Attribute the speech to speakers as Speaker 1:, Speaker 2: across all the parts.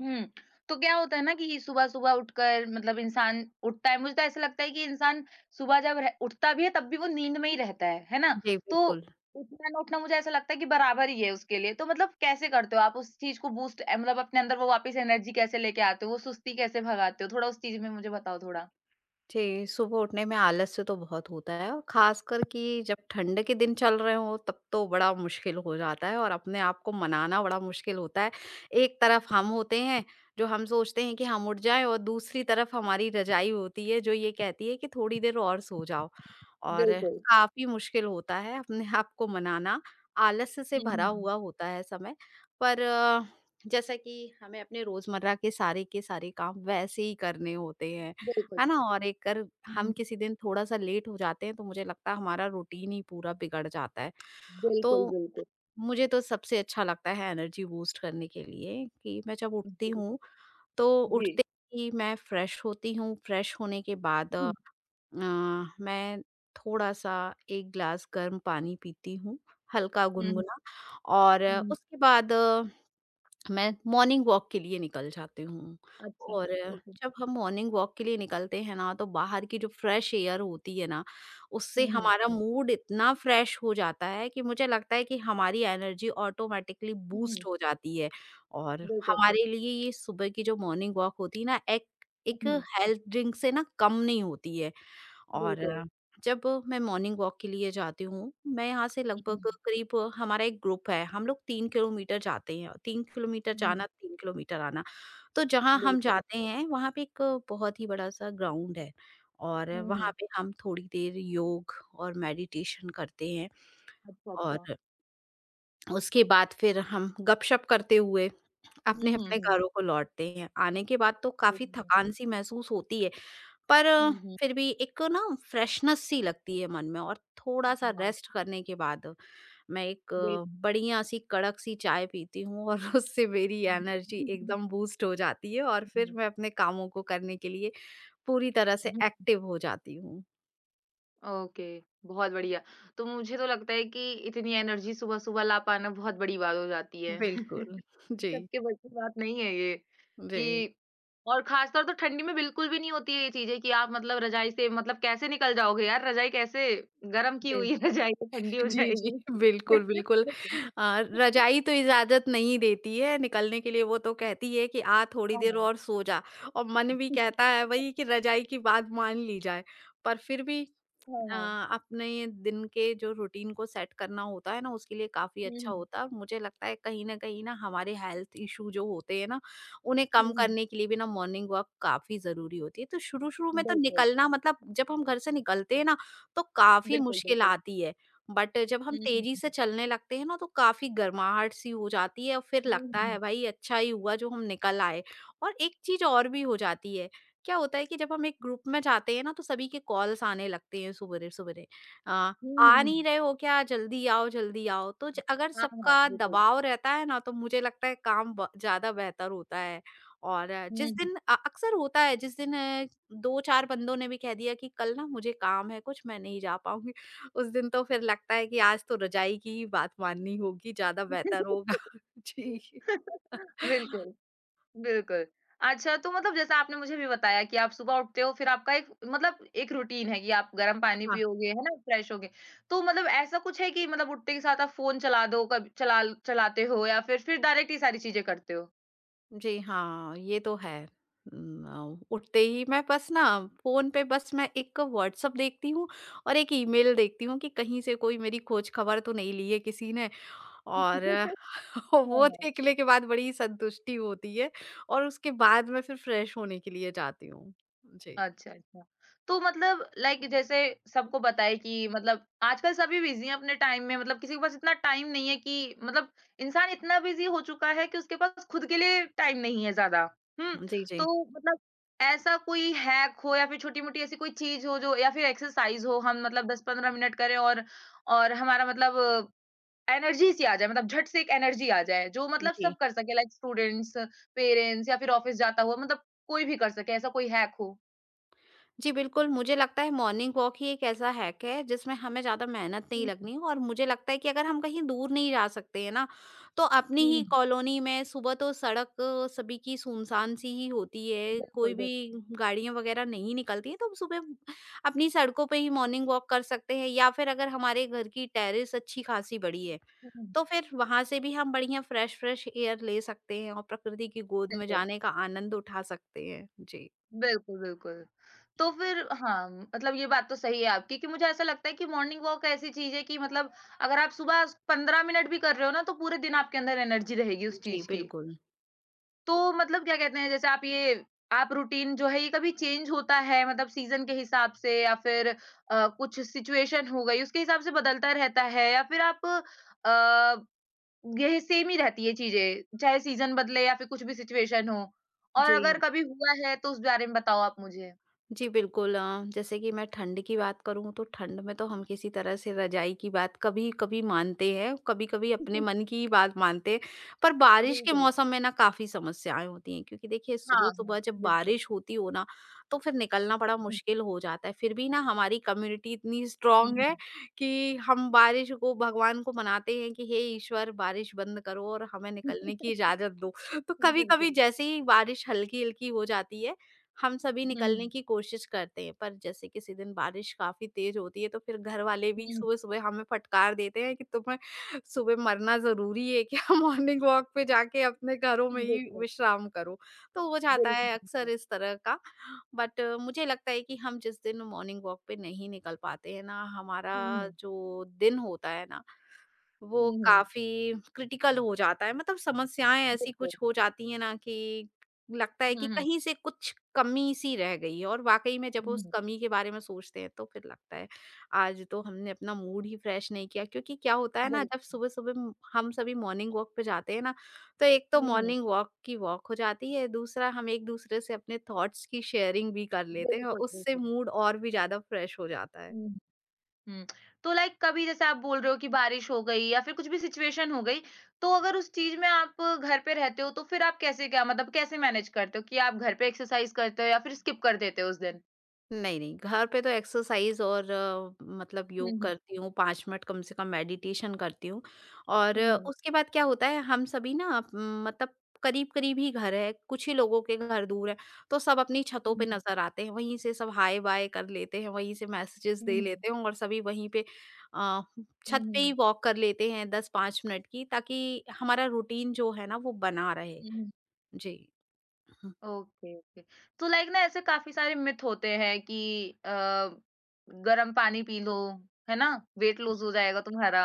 Speaker 1: हुँ। तो क्या होता है ना कि सुबह-सुबह उठकर मतलब इंसान उठता है, मुझे तो ऐसा लगता है कि इंसान सुबह जब रह उठता भी है तब भी वो नींद में ही रहता है ना?
Speaker 2: जी,
Speaker 1: तो
Speaker 2: बिल्कुल।
Speaker 1: उठना ना उठना मुझे ऐसा लगता है कि बराबर ही है उसके लिए। तो मतलब कैसे करते हो आप उस चीज़ को बूस्ट मतलब अपने अंदर वो वापस एनर्जी कैसे लेके आते हो? वो सुस्ती कैसे भगाते हो? थोड़ा उस चीज़ में मुझे बताओ थोड़ा।
Speaker 2: जी, सुबह उठने में आलस से तो बहुत होता है और ख़ासकर कि जब ठंड के दिन चल रहे हों तब तो बड़ा मुश्किल हो जाता है, और अपने आप को मनाना बड़ा मुश्किल होता है। एक तरफ हम होते हैं, जो हम सोचते हैं कि हम उठ जाएँ, और दूसरी तरफ हमारी रज़ाई होती है जो ये कहती है कि थोड़ी देर और सो जाओ। और
Speaker 1: बिल्कुल।
Speaker 2: काफ़ी मुश्किल होता है अपने आप को मनाना, आलस से भरा
Speaker 1: हुँ,
Speaker 2: हुआ होता है समय। पर जैसा कि हमें अपने रोज़मर्रा के सारे काम वैसे ही करने होते हैं।
Speaker 1: बिल्कुल।
Speaker 2: है ना? और एक, अगर
Speaker 1: हुँ,
Speaker 2: हम किसी दिन थोड़ा-सा लेट हो जाते हैं, तो मुझे लगता है हमारा रूटीन ही पूरा बिगड़ जाता है।
Speaker 1: बिल्कुल,
Speaker 2: तो
Speaker 1: बिल्कुल।
Speaker 2: मुझे तो सबसे अच्छा लगता है एनर्जी बूस्ट करने के लिए कि मैं जब उठती
Speaker 1: बिल्कुल।
Speaker 2: हूँ, तो
Speaker 1: जी।
Speaker 2: उठते ही मैं फ्रेश होती हूँ। फ्रेश होने के बाद अ,
Speaker 1: हुँ,
Speaker 2: मैं थोड़ा-सा 1 ग्लास गर्म पानी पीती हूँ, हल्का
Speaker 1: हुँ, हुँ।
Speaker 2: गुनगुना। और
Speaker 1: हुँ, हुँ।
Speaker 2: उसके बाद मैं मॉर्निंग वॉक के लिए निकल जाती हूँ।
Speaker 1: अच्छा,
Speaker 2: और
Speaker 1: ओके।
Speaker 2: जब हम मॉर्निंग वॉक के लिए निकलते हैं ना, तो बाहर की जो फ्रेश एयर होती है ना, उससे
Speaker 1: हुँ, हुँ।
Speaker 2: हमारा मूड इतना फ्रेश हो जाता है कि मुझे लगता है कि हमारी एनर्जी ऑटोमेटिकली
Speaker 1: हुँ, हुँ।
Speaker 2: बूस्ट हो जाती है। और
Speaker 1: बिल्कुल।
Speaker 2: हमारे लिए ये सुबह की जो मॉर्निंग वॉक होती है ना, एक
Speaker 1: हुँ,
Speaker 2: एक
Speaker 1: हुँ।
Speaker 2: हेल्थ ड्रिंक से ना कम नहीं होती है। और
Speaker 1: बिल्कुल।
Speaker 2: जब मैं मॉर्निंग वॉक के लिए जाती हूँ, मैं यहाँ से लगभग
Speaker 1: हुँ,
Speaker 2: करीब, हमारा एक ग्रुप है, हम लोग 3 किलोमीटर जाते हैं, 3 किलोमीटर
Speaker 1: हुँ,
Speaker 2: जाना, 3 किलोमीटर आना। तो जहाँ हम
Speaker 1: बिल्कुल।
Speaker 2: जाते हैं, वहाँ पे एक बहुत ही बड़ा-सा ग्राउंड है, और
Speaker 1: हुँ,
Speaker 2: वहाँ
Speaker 1: हुँ।
Speaker 2: पे हम थोड़ी देर योग और मेडिटेशन करते हैं।
Speaker 1: अच्छा, अच्छा।
Speaker 2: और उसके बाद फिर हम गपशप करते हुए
Speaker 1: हुँ, हुँ,
Speaker 2: अपने-अपने
Speaker 1: हुँ।
Speaker 2: घरों को लौटते हैं। आने के बाद तो काफ़ी
Speaker 1: हुँ।
Speaker 2: थकान-सी महसूस होती है, पर
Speaker 1: हुँ, हुँ।
Speaker 2: फिर भी एक ना फ्रेशनेस-सी लगती है मन में, और थोड़ा-सा
Speaker 1: हाँ, हाँ।
Speaker 2: रेस्ट करने के बाद मैं एक
Speaker 1: बिल
Speaker 2: बढ़िया-सी कड़क-सी चाय पीती हूँ, और उससे मेरी एनर्जी एकदम बूस्ट हो जाती है, और फिर
Speaker 1: हुँ।
Speaker 2: मैं अपने कामों को करने के लिए पूरी तरह से एक्टिव हो जाती हूँ।
Speaker 1: ओके, बहुत बढ़िया। तो मुझे तो लगता है कि इतनी एनर्जी सुबह-सुबह ला पाना बहुत बड़ी बात हो जाती है।
Speaker 2: बिल्कुल। जी,
Speaker 1: सबके बस की बात नहीं है ये कि
Speaker 2: जी,
Speaker 1: और खासतौर तो ठंडी में बिल्कुल भी नहीं होती है ये चीज़ें कि आप मतलब रज़ाई से मतलब कैसे निकल जाओगे यार? रज़ाई कैसे गरम की
Speaker 2: जी।
Speaker 1: हुई है रज़ाई तो ठंडी हो
Speaker 2: जी, जी,
Speaker 1: जाएगी।
Speaker 2: बिल्कुल, बिल्कुल। रज़ाई तो इजाज़त नहीं देती है निकलने के लिए, वो तो कहती है कि आ थोड़ी
Speaker 1: हाँ,
Speaker 2: देर
Speaker 1: हाँ।
Speaker 2: और सो जा, और मन भी कहता है वही कि रज़ाई की बात मान ली जाए। पर फिर भी
Speaker 1: हाँ,
Speaker 2: अ,
Speaker 1: हाँ।
Speaker 2: अपने दिन के जो रूटीन को सेट करना होता है ना, उसके लिए काफी
Speaker 1: हुँ,
Speaker 2: अच्छा
Speaker 1: हुँ।
Speaker 2: होता है। और मुझे लगता है कहीं ना हमारे हेल्थ इशू जो होते हैं ना, उन्हें कम
Speaker 1: हुँ, हुँ।
Speaker 2: करने के लिए भी ना मॉर्निंग वॉक काफी जरूरी होती है। तो शुरू शुरू में तो
Speaker 1: बिल्कुल,
Speaker 2: निकलना, मतलब जब हम घर से निकलते हैं ना, तो काफी
Speaker 1: बिल्कुल,
Speaker 2: मुश्किल
Speaker 1: बिल्कुल।
Speaker 2: आती है। बट जब हम
Speaker 1: हुँ,
Speaker 2: तेजी
Speaker 1: हुँ।
Speaker 2: से चलने लगते हैं ना, तो काफी गर्माहट सी हो जाती है, और फिर
Speaker 1: हुँ, हुँ,
Speaker 2: लगता
Speaker 1: हुँ।
Speaker 2: है भाई अच्छा ही हुआ जो हम निकल आए। और एक चीज और भी हो जाती है। क्या होता है कि जब हम एक ग्रुप में जाते हैं ना, तो सभी के कॉल्स आने लगते हैं सवेरे-सवेरे। अ, आ
Speaker 1: हुँ, हुँ,
Speaker 2: आ नहीं
Speaker 1: हुँ।
Speaker 2: रहे हो क्या? जल्दी आओ, जल्दी आओ। तो ज अगर
Speaker 1: हाँ, हाँ,
Speaker 2: सबका
Speaker 1: बिल्कुल।
Speaker 2: दबाव रहता है ना, तो मुझे लगता है काम ब ज़्यादा बेहतर होता है। और
Speaker 1: हुँ।
Speaker 2: जिस दिन, अक्सर होता है जिस दिन 2-4 बंदों ने भी कह दिया कि कल ना मुझे काम है कुछ, मैं नहीं जा पाऊँगी। उस दिन तो फिर लगता है कि आज तो रज़ाई की ही बात माननी होगी, ज़्यादा बेहतर होगा। जी।
Speaker 1: बिल्कुल, बिल्कुल। अच्छा तो मतलब जैसा आपने मुझे भी बताया कि आप सुबह उठते हो फिर आपका एक मतलब एक रूटीन है कि आप गर्म पानी पियोगे, है ना, फ्रेश होगे। तो मतलब ऐसा कुछ है कि मतलब उठते के साथ आप फ़ोन चला दो, कभी चलाते हो या फिर डायरेक्ट ये सारी चीज़ें करते हो?
Speaker 2: जी हाँ, ये तो है। उठते ही मैं बस ना, फ़ोन पे बस मैं एक व्हाट्सएप देखती हूँ और एक ईमेल देखती हूँ कि कहीं से कोई मेरी खोज-खबर तो नहीं ली है किसी ने, और
Speaker 1: हाँ,
Speaker 2: वो
Speaker 1: हाँ।
Speaker 2: देखने के बाद बड़ी संतुष्टि होती है, और उसके बाद मैं फिर फ्रेश होने के लिए जाती हूँ। जी।
Speaker 1: अच्छा, अच्छा। तो मतलब लाइक जैसे सबको पता है कि मतलब आजकल सभी बिज़ी हैं अपने टाइम में मतलब किसी के पास इतना टाइम नहीं है कि मतलब इंसान इतना बिज़ी हो चुका है कि उसके पास खुद के लिए टाइम नहीं है ज़्यादा। हुँ?
Speaker 2: जी,
Speaker 1: तो
Speaker 2: जी।
Speaker 1: मतलब ऐसा कोई हैक हो या फिर छोटी-मोटी ऐसी कोई चीज़ हो जो या फिर एक्सरसाइज़ हो हम मतलब 10-15 मिनट करें और हमारा मतलब एनर्जी सी आ जाए मतलब झट से एक एनर्जी आ जाए जो मतलब
Speaker 2: जी।
Speaker 1: सब कर सके लाइक स्टूडेंट्स, पेरेंट्स या फिर ऑफ़िस जाता हुआ मतलब कोई भी कर सके ऐसा कोई हैक हो?
Speaker 2: जी, बिल्कुल, मुझे लगता है मॉर्निंग वॉक ही एक ऐसा हैक है जिसमें हमें ज़्यादा मेहनत नहीं लगनी, और मुझे लगता है कि अगर हम कहीं दूर नहीं जा सकते हैं ना, तो अपनी ही
Speaker 1: हुँ,
Speaker 2: कॉलोनी में सुबह तो सड़क सभी की सुनसान सी ही होती है,
Speaker 1: बिल्कुल,
Speaker 2: कोई
Speaker 1: बिल्कुल।
Speaker 2: भी गाड़ियाँ वगैरह नहीं निकलती हैं। तो हम सुबह अपनी सड़कों पे ही मॉर्निंग वॉक कर सकते हैं, या फिर अगर हमारे घर की टेरेस अच्छी-खासी बड़ी है,
Speaker 1: हुँ,
Speaker 2: तो फिर वहाँ से भी हम बढ़िया फ्रेश-फ्रेश एयर ले सकते हैं और प्रकृति की गोद में
Speaker 1: बिल्कुल,
Speaker 2: जाने का आनंद उठा सकते हैं। जी।
Speaker 1: बिल्कुल, बिल्कुल। तो फिर हाँ, मतलब ये बात तो सही है आपकी कि मुझे ऐसा लगता है कि मॉर्निंग वॉक ऐसी चीज़ है कि मतलब अगर आप सुबह 15 मिनट भी कर रहे हो ना, तो पूरे दिन आपके अंदर एनर्जी रहेगी उस
Speaker 2: जी,
Speaker 1: चीज़ की।
Speaker 2: बिल्कुल।
Speaker 1: तो मतलब क्या कहते हैं, जैसे आप ये आप रूटीन जो है, ये कभी चेंज होता है मतलब सीज़न के हिसाब से या फिर कुछ सिचुएशन हो गई, उसके हिसाब से बदलता रहता है या फिर आप अ, ये सेम ही रहती है चीज़ें, चाहे सीज़न बदले या फिर कुछ भी सिचुएशन हो। और
Speaker 2: जी।
Speaker 1: अगर कभी हुआ है तो उस बारे में बताओ आप मुझे?
Speaker 2: जी, बिल्कुल, जैसे कि मैं ठंड की बात करूँ, तो ठंड में तो हम किसी तरह से रज़ाई की बात कभी-कभी मानते हैं, कभी-कभी अपने मन की ही बात मानते हैं। पर बारिश के
Speaker 1: बिल्कुल।
Speaker 2: मौसम में ना काफ़ी समस्याएँ होती हैं, क्योंकि देखिए
Speaker 1: हाँ, हाँ,
Speaker 2: सुबह-सुबह जब
Speaker 1: बिल्कुल।
Speaker 2: बारिश होती हो ना, तो फिर निकलना बड़ा
Speaker 1: हुँ,
Speaker 2: मुश्किल हो जाता है। फिर भी ना हमारी कम्युनिटी इतनी
Speaker 1: हुँ,
Speaker 2: स्ट्रॉन्ग
Speaker 1: हुँ।
Speaker 2: है कि हम बारिश को, भगवान को मनाते हैं कि हे ईश्वर बारिश बंद करो और हमें निकलने की इजाज़त दो। तो कभी-कभी
Speaker 1: बिल्कुल।
Speaker 2: जैसे ही बारिश हल्की-हल्की हो जाती है, हम सभी
Speaker 1: हुँ,
Speaker 2: निकलने
Speaker 1: हुँ।
Speaker 2: की कोशिश करते हैं। पर जैसे किसी दिन बारिश काफी तेज होती है, तो फिर घर वाले
Speaker 1: हुँ,
Speaker 2: भी
Speaker 1: हुँ।
Speaker 2: सुबह सुबह हमें फटकार देते हैं कि तुम्हें सुबह मरना जरूरी है क्या, मॉर्निंग वॉक पे जाके अपने घरों में ही
Speaker 1: बिल्कुल,
Speaker 2: विश्राम करो। तो हो जाता
Speaker 1: बिल्कुल,
Speaker 2: है अक्सर
Speaker 1: बिल्कुल।
Speaker 2: इस तरह का। बट मुझे लगता है कि हम जिस दिन मॉर्निंग वॉक पे नहीं निकल पाते हैं ना, हमारा
Speaker 1: हुँ, हुँ।
Speaker 2: जो दिन होता है ना, वो
Speaker 1: हुँ, हुँ।
Speaker 2: काफ़ी क्रिटिकल हो जाता है। मतलब समस्याएँ ऐसी
Speaker 1: बिल्कुल।
Speaker 2: कुछ हो जाती हैं ना कि लगता है
Speaker 1: हुँ,
Speaker 2: कि
Speaker 1: हुँ।
Speaker 2: कहीं से कुछ कमी-सी रह गई है, और वाक़ई में जब
Speaker 1: हुँ,
Speaker 2: उस
Speaker 1: हुँ।
Speaker 2: कमी के बारे में सोचते हैं, तो फिर लगता है आज तो हमने अपना मूड ही फ्रेश नहीं किया। क्योंकि क्या होता है ना,
Speaker 1: बिल
Speaker 2: जब सुबह-सुबह म हम सभी मॉर्निंग वॉक पे जाते हैं ना, तो एक तो
Speaker 1: हुँ, हुँ।
Speaker 2: मॉर्निंग वॉक की वॉक हो जाती है, दूसरा हम एक-दूसरे से अपने थॉट्स की शेयरिंग भी कर लेते हैं, और
Speaker 1: बिल्कुल,
Speaker 2: उससे
Speaker 1: बिल्कुल।
Speaker 2: मूड और भी ज़्यादा फ्रेश हो जाता है।
Speaker 1: हुँ, हुँ। तो लाइक कभी जैसे आप बोल रहे हो कि बारिश हो गई या फिर कुछ भी सिचुएशन हो गई, तो अगर उस चीज़ में आप घर पे रहते हो तो फिर आप कैसे क्या मतलब कैसे मैनेज करते हो कि आप घर पे एक्सरसाइज़ करते हो या फिर स्किप कर देते हो उस दिन?
Speaker 2: नहीं, नहीं, घर पे तो एक्सरसाइज़, और मतलब
Speaker 1: हुँ,
Speaker 2: योग
Speaker 1: हुँ।
Speaker 2: करती हूँ, 5 मिनट कम से कम मेडिटेशन करती हूँ। और
Speaker 1: हुँ, हुँ।
Speaker 2: उसके बाद क्या होता है, हम सभी ना, मतलब करीब-करीब ही घर है, कुछ ही लोगों के घर दूर है, तो सब अपनी
Speaker 1: हुँ,
Speaker 2: छतों पे
Speaker 1: हुँ।
Speaker 2: नज़र आते हैं, वहीं से सब हाय-बाय कर लेते हैं, वहीं से मैसेजेस
Speaker 1: हुँ,
Speaker 2: दे
Speaker 1: हुँ।
Speaker 2: लेते हैं, और सभी वहीं पे अ,
Speaker 1: हुँ,
Speaker 2: छत पे ही
Speaker 1: हुँ।
Speaker 2: वॉक कर लेते हैं 10-5 मिनट की, ताकि हमारा रूटीन जो है ना, वो बना रहे।
Speaker 1: हुँ, हुँ।
Speaker 2: जी। हुँ,
Speaker 1: ओके, ओके। तो लाइक ना ऐसे काफ़ी सारे मिथ होते हैं कि गरम पानी पी लो, है ना? वेट लूज़ हो जाएगा तुम्हारा।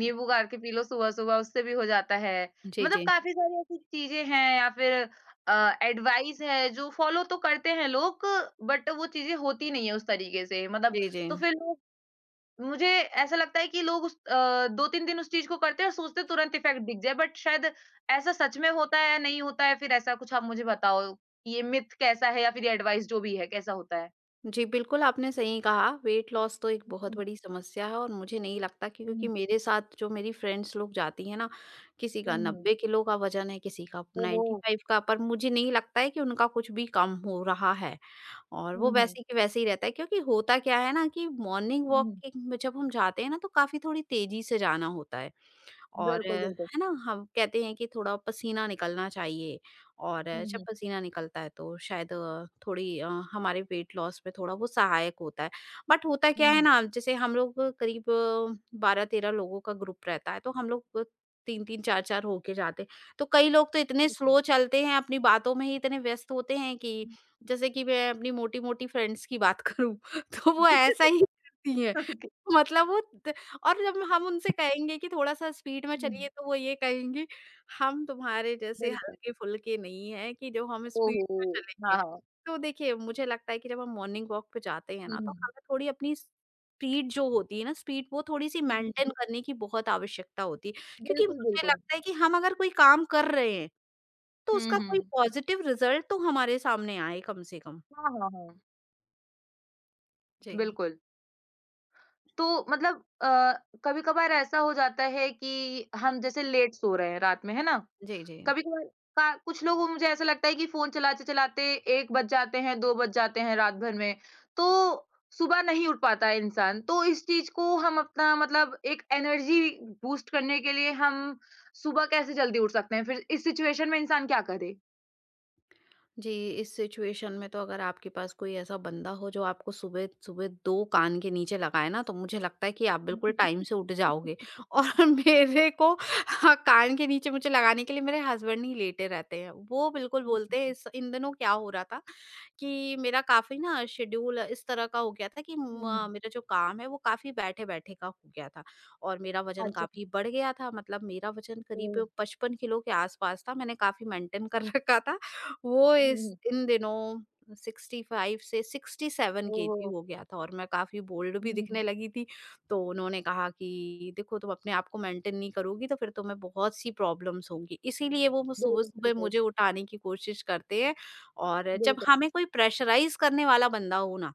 Speaker 2: हुँ।
Speaker 1: नींबू गाड़ के पी लो सुबह-सुबह, उससे भी हो जाता है।
Speaker 2: जी,
Speaker 1: मतलब
Speaker 2: जी।
Speaker 1: काफ़ी सारी ऐसी चीज़ें हैं या फिर एडवाइस है जो फॉलो तो करते हैं लोग बट वो चीज़ें होती नहीं है उस तरीके से मतलब
Speaker 2: जी, जी।
Speaker 1: तो फिर लोग मुझे ऐसा लगता है कि लोग उस 2-3 दिन उस चीज़ को करते हैं और सोचते हैं तुरंत इफ़ेक्ट दिख जाए, बट शायद ऐसा सच में होता है या नहीं होता है, फिर ऐसा कुछ आप मुझे बताओ कि ये मिथ कैसा है या फिर ये एडवाइस जो भी है, कैसा होता है?
Speaker 2: जी, बिल्कुल आपने सही कहा, वेट लॉस तो एक बहुत
Speaker 1: हुँ,
Speaker 2: बड़ी समस्या है, और मुझे नहीं लगता कि,
Speaker 1: हुँ, हुँ,
Speaker 2: क्योंकि मेरे साथ जो मेरी फ्रेंड्स लोग जाती हैं ना, किसी का
Speaker 1: हुँ, हुँ।
Speaker 2: 90 किलो का वज़न है, किसी का
Speaker 1: ओहो!
Speaker 2: 95 का, पर मुझे नहीं लगता है कि उनका कुछ भी कम हो रहा है, और वो
Speaker 1: हुँ, हुँ,
Speaker 2: वैसे के वैसे ही रहता है। क्योंकि होता क्या है ना, कि मॉर्निंग
Speaker 1: हुँ, हुँ।
Speaker 2: वॉकिंग में जब हम जाते हैं ना, तो काफ़ी थोड़ी तेज़ी से जाना होता है। और
Speaker 1: बिल्कुल,
Speaker 2: है
Speaker 1: बिल्कुल।
Speaker 2: ना, हम कहते हैं कि थोड़ा पसीना निकलना चाहिए, और
Speaker 1: हुँ,
Speaker 2: जब
Speaker 1: हुँ,
Speaker 2: पसीना निकलता है, तो शायद थोड़ी हमारे वेट लॉस में थोड़ा वो सहायक होता है। बट होता
Speaker 1: हुँ,
Speaker 2: क्या है
Speaker 1: हुँ,
Speaker 2: ना, जैसे हम लोग करीब 12-13 लोगों का ग्रुप रहता है, तो हम लोग 3-3 4-4 होके जाते हैं। तो कई लोग तो इतने
Speaker 1: बिल्कुल।
Speaker 2: स्लो चलते हैं, अपनी बातों में ही इतने व्यस्त होते हैं कि, जैसे कि मैं अपनी मोटी-मोटी फ्रेंड्स की बात करूँ, तो वो ऐसा ही करती हैं।
Speaker 1: ओके।
Speaker 2: मतलब वो त और जब हम उनसे कहेंगे कि थोड़ा-सा स्पीड में
Speaker 1: हुँ,
Speaker 2: चलिए, तो वो ये कहेंगे, हम तुम्हारे जैसे
Speaker 1: बिल्कुल।
Speaker 2: हल्के-फुल्के नहीं हैं कि जो हम स्पीड
Speaker 1: ओहो!
Speaker 2: में
Speaker 1: हाँ,
Speaker 2: चलेंगे।
Speaker 1: हाँ।
Speaker 2: तो देखिए, मुझे लगता है कि जब हम मॉर्निंग वॉक पे जाते हैं
Speaker 1: हुँ,
Speaker 2: ना, तो
Speaker 1: हुँ,
Speaker 2: हमें थोड़ी अपनी स्पीड जो होती है ना स्पीड, वो थोड़ी-सी
Speaker 1: हुँ, हुँ।
Speaker 2: मेंटेन करने की बहुत आवश्यकता होती है। क्योंकि
Speaker 1: बिल्कुल,
Speaker 2: मुझे
Speaker 1: बिल्कुल।
Speaker 2: लगता है कि हम अगर कोई काम कर रहे हैं, तो
Speaker 1: हुँ,
Speaker 2: उसका कोई
Speaker 1: हुँ।
Speaker 2: पॉजिटिव रिजल्ट तो हमारे सामने आए कम से कम।
Speaker 1: हाँ, हाँ, हाँ।
Speaker 2: जी।
Speaker 1: बिल्कुल। तो मतलब कभी-कभार ऐसा हो जाता है कि हम जैसे लेट सो रहे हैं रात में, है ना?
Speaker 2: जी, जी।
Speaker 1: कभी-कभार का कुछ लोगों को मुझे ऐसा लगता है कि फ़ोन चलाते-चलाते 1 बज जाते हैं, 2 बज जाते हैं रात भर में, तो सुबह नहीं उठ पाता है इंसान। तो इस चीज़ को हम अपना मतलब एक एनर्जी बूस्ट करने के लिए हम सुबह कैसे जल्दी उठ सकते हैं? फिर इस सिचुएशन में इंसान क्या करे?
Speaker 2: जी, इस सिचुएशन में तो अगर आपके पास कोई ऐसा बंदा हो जो आपको सुबह सुबह 2 कान के नीचे लगाए ना, तो मुझे लगता है कि आप बिल्कुल टाइम से उठ जाओगे, और मेरे को, हाँ, कान के नीचे मुझे लगाने के लिए मेरे हस्बैंड ही लेटे रहते हैं। वो बिल्कुल बोलते हैं, इस इन दिनों क्या हो रहा था कि मेरा काफ़ी ना शेड्यूल इस तरह का हो गया था कि
Speaker 1: हुँ, हुँ।
Speaker 2: म मेरा जो काम है वो काफ़ी बैठे-बैठे का हो गया था, और मेरा वज़न
Speaker 1: अच्छा।
Speaker 2: काफ़ी बढ़ गया था। मतलब मेरा वज़न
Speaker 1: ओह!
Speaker 2: करीब 55 किलो के आस-पास था। मैंने काफ़ी मेंटेन कर रखा था। वो
Speaker 1: हुँ,
Speaker 2: इस
Speaker 1: हुँ।
Speaker 2: इन दिनों 65 से 67 केजी
Speaker 1: ओह!
Speaker 2: हो गया था और मैं काफ़ी बोल्ड भी
Speaker 1: हुँ, हुँ।
Speaker 2: दिखने लगी थी। तो उन्होंने कहा कि देखो तुम अपने आप को मेंटेन नहीं करोगी तो फिर तुम्हें बहुत-सी प्रॉब्लम्स होंगी। इसीलिए वो
Speaker 1: बिल्कुल,
Speaker 2: सुबह-सुबह
Speaker 1: बिल्कुल।
Speaker 2: मुझे उठाने की कोशिश करते हैं, और जब
Speaker 1: बिल्कुल।
Speaker 2: हमें कोई प्रेशराइज़ करने वाला बंदा हो ना,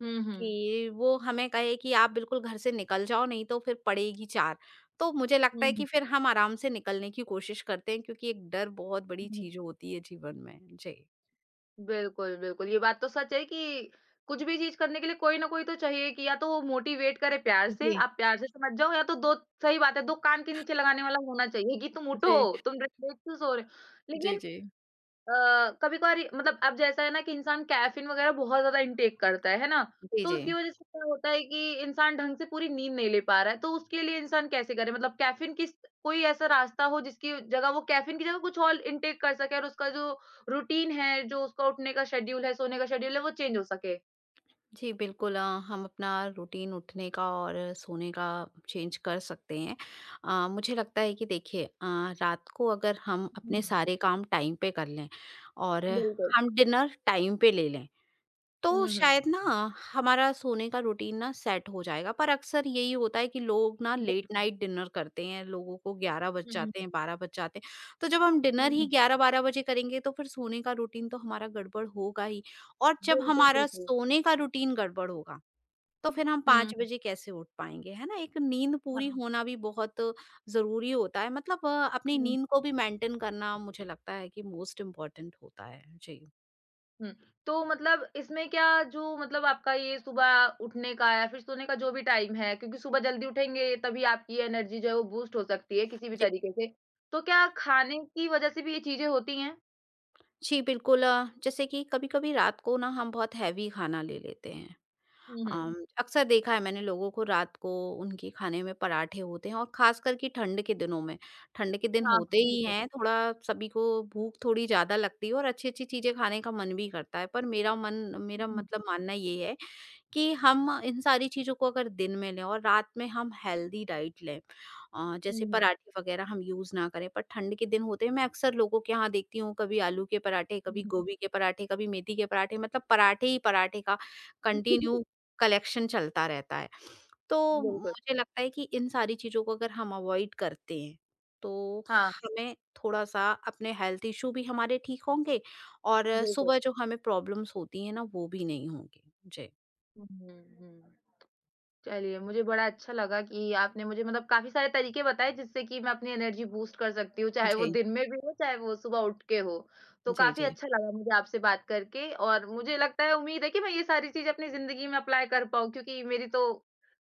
Speaker 1: हुँ, हुँ।
Speaker 2: कि वो हमें कहे कि आप बिल्कुल घर से निकल जाओ नहीं तो फिर पड़ेगी चार। तो मुझे
Speaker 1: हुँ,
Speaker 2: लगता है कि
Speaker 1: हुँ।
Speaker 2: फिर हम आराम से निकलने की कोशिश करते हैं, क्योंकि एक डर बहुत बड़ी
Speaker 1: हुँ, हुँ।
Speaker 2: चीज़ होती है जीवन में। जी।
Speaker 1: बिल्कुल, बिल्कुल, ये बात तो सच है कि कुछ भी चीज़ करने के लिए कोई ना कोई तो चाहिए कि या तो वो मोटिवेट करे प्यार से,
Speaker 2: जी।
Speaker 1: आप प्यार से समझ जाओ या तो 2 सही बात है 2 कान के नीचे लगाने वाला होना चाहिए कि तुम
Speaker 2: जी,
Speaker 1: उठो, तुम रात से सो रहे हो।
Speaker 2: जी,
Speaker 1: लेकिन
Speaker 2: जी।
Speaker 1: कभी-कभार मतलब अब जैसा है ना कि इंसान कैफ़ीन वगैरह बहुत ज़्यादा इनटेक करता है ना?
Speaker 2: जी,
Speaker 1: तो
Speaker 2: जी।
Speaker 1: उसकी वज़ह से क्या होता है कि इंसान ढंग से पूरी नींद नहीं ले पा रहा है, तो उसके लिए इंसान कैसे करे? मतलब कैफ़ीन किस कोई ऐसा रास्ता हो जिसकी जगह वो कैफ़ीन की जगह कुछ और इनटेक कर सके और उसका जो रूटीन है, जो उसका उठने का शेड्यूल है, सोने का शेड्यूल है, वो चेंज हो सके?
Speaker 2: जी, बिल्कुल। हम अपना रूटीन उठने का और सोने का चेंज कर सकते हैं। मुझे लगता है कि देखिए, रात को अगर हम
Speaker 1: हुँ,
Speaker 2: अपने सारे काम टाइम पे कर लें और
Speaker 1: बिल्कुल।
Speaker 2: हम डिनर टाइम पे ले लें
Speaker 1: हुँ,
Speaker 2: तो शायद ना
Speaker 1: हुँ।
Speaker 2: हमारा सोने का रूटीन ना सेट हो जाएगा, पर अक्सर यही होता है कि लोग ना लेट
Speaker 1: बिल्कुल।
Speaker 2: नाइट डिनर करते हैं, लोगों को 11 बज
Speaker 1: हुँ, हुँ,
Speaker 2: जाते हैं, 12 बज जाते हैं। तो जब हम डिनर
Speaker 1: हुँ,
Speaker 2: ही
Speaker 1: हुँ।
Speaker 2: 11-12 बजे करेंगे तो फिर सोने का रूटीन तो हमारा गड़बड़ होगा ही, और जब
Speaker 1: बिल्कुल,
Speaker 2: हमारा
Speaker 1: बिल्कुल।
Speaker 2: सोने का रूटीन गड़बड़ होगा, तो फिर हम
Speaker 1: हुँ।
Speaker 2: 5 बजे कैसे उठ पाएँगे, है ना? एक नींद पूरी
Speaker 1: हाँ।
Speaker 2: होना भी बहुत ज़रूरी होता है। मतलब अपनी नींद को भी मेंटेन करना मुझे लगता है कि मोस्ट इम्पोर्टेंट होता है। जी।
Speaker 1: हुँ। तो मतलब इसमें क्या जो मतलब आपका ये सुबह उठने का या फिर सोने का जो भी टाइम है क्योंकि सुबह जल्दी उठेंगे तभी आपकी एनर्जी जो है वो बूस्ट हो सकती है किसी भी तरीके से। तो क्या खाने की वज़ह से भी ये चीज़ें होती हैं?
Speaker 2: जी, बिल्कुल। जैसे कि कभी-कभी रात को ना हम बहुत हैवी खाना ले लेते हैं।
Speaker 1: हुँ, हुँ।
Speaker 2: अक्सर देखा है मैंने लोगों को रात को उनके खाने में पराठे होते हैं, और ख़ासकर कि ठंड के दिनों में। ठंड के दिन
Speaker 1: हाँ, हाँ,
Speaker 2: होते हुँ। ही
Speaker 1: बिल्कुल।
Speaker 2: हैं, थोड़ा सभी को भूख थोड़ी ज़्यादा लगती है और अच्छी-अच्छी चीज़ें खाने का मन भी करता है। पर मेरा मन,
Speaker 1: हुँ,
Speaker 2: मेरा
Speaker 1: हुँ।
Speaker 2: मतलब मानना ये है कि हम इन सारी चीज़ों को अगर दिन में लें और रात में हम हेल्दी डाइट लें। जैसे
Speaker 1: हुँ, हुँ।
Speaker 2: पराठे वगैरह हम यूज़ ना करें, पर ठंड के दिन होते हैं, मैं अक्सर लोगों के यहाँ देखती हूँ, कभी आलू के पराठे,
Speaker 1: हुँ,
Speaker 2: कभी
Speaker 1: हुँ।
Speaker 2: गोभी के पराठे, कभी मेथी के पराठे। मतलब पराठे ही पराठे का कंटिन्यू कलेक्शन चलता रहता है। तो
Speaker 1: बिल्कुल।
Speaker 2: मुझे लगता है कि इन सारी चीज़ों को अगर हम अवॉइड करते हैं तो
Speaker 1: हाँ,
Speaker 2: हमें थोड़ा सा, अपने हेल्थ इशू भी हमारे ठीक होंगे और
Speaker 1: बिल्कुल।
Speaker 2: सुबह जो हमें प्रॉब्लम्स होती हैं ना, वो भी नहीं होंगी। जी।
Speaker 1: हुँ, हुँ, हुँ। चलिए, मुझे बड़ा अच्छा लगा कि आपने मुझे मतलब काफ़ी सारे तरीके बताए जिससे कि मैं अपनी एनर्जी बूस्ट कर सकती हूँ, चाहे वो
Speaker 2: जी।
Speaker 1: दिन में भी हो, चाहे वो सुबह उठ के हो। तो
Speaker 2: जी,
Speaker 1: काफ़ी
Speaker 2: जी।
Speaker 1: अच्छा लगा मुझे आपसे बात करके और मुझे लगता है उम्मीद है कि मैं ये सारी चीज़ें अपनी ज़िंदगी में अप्लाई कर पाऊँ क्योंकि मेरी तो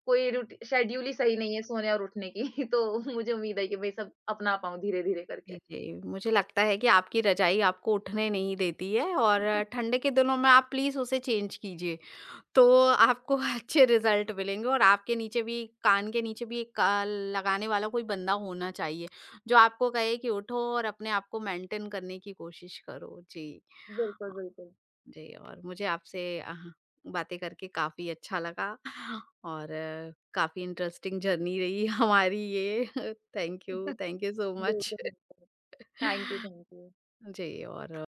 Speaker 1: कोई रूटी शेड्यूल ही सही नहीं है सोने और उठने की। तो मुझे उम्मीद है कि मैं ये सब अपना पाऊँ धीरे-धीरे करके।
Speaker 2: जी, जी। मुझे लगता है कि आपकी रज़ाई आपको उठने नहीं देती है, और ठंड के दिनों में आप प्लीज़ उसे चेंज कीजिए। तो आपको अच्छे रिज़ल्ट मिलेंगे, और आपके नीचे भी, कान के नीचे भी एक लगाने वाला कोई बंदा होना चाहिए, जो आपको कहे कि उठो और अपने आप को मेंटेन करने की कोशिश करो। जी।
Speaker 1: बिल्कुल,
Speaker 2: अ,
Speaker 1: बिल्कुल।
Speaker 2: जी, और मुझे आपसे बातें करके काफ़ी अच्छा लगा, और काफ़ी इंटरेस्टिंग जर्नी रही हमारी ये। Thank you so much.
Speaker 1: बिल्कुल, बिल्कुल। Thank you, thank you.
Speaker 2: जी और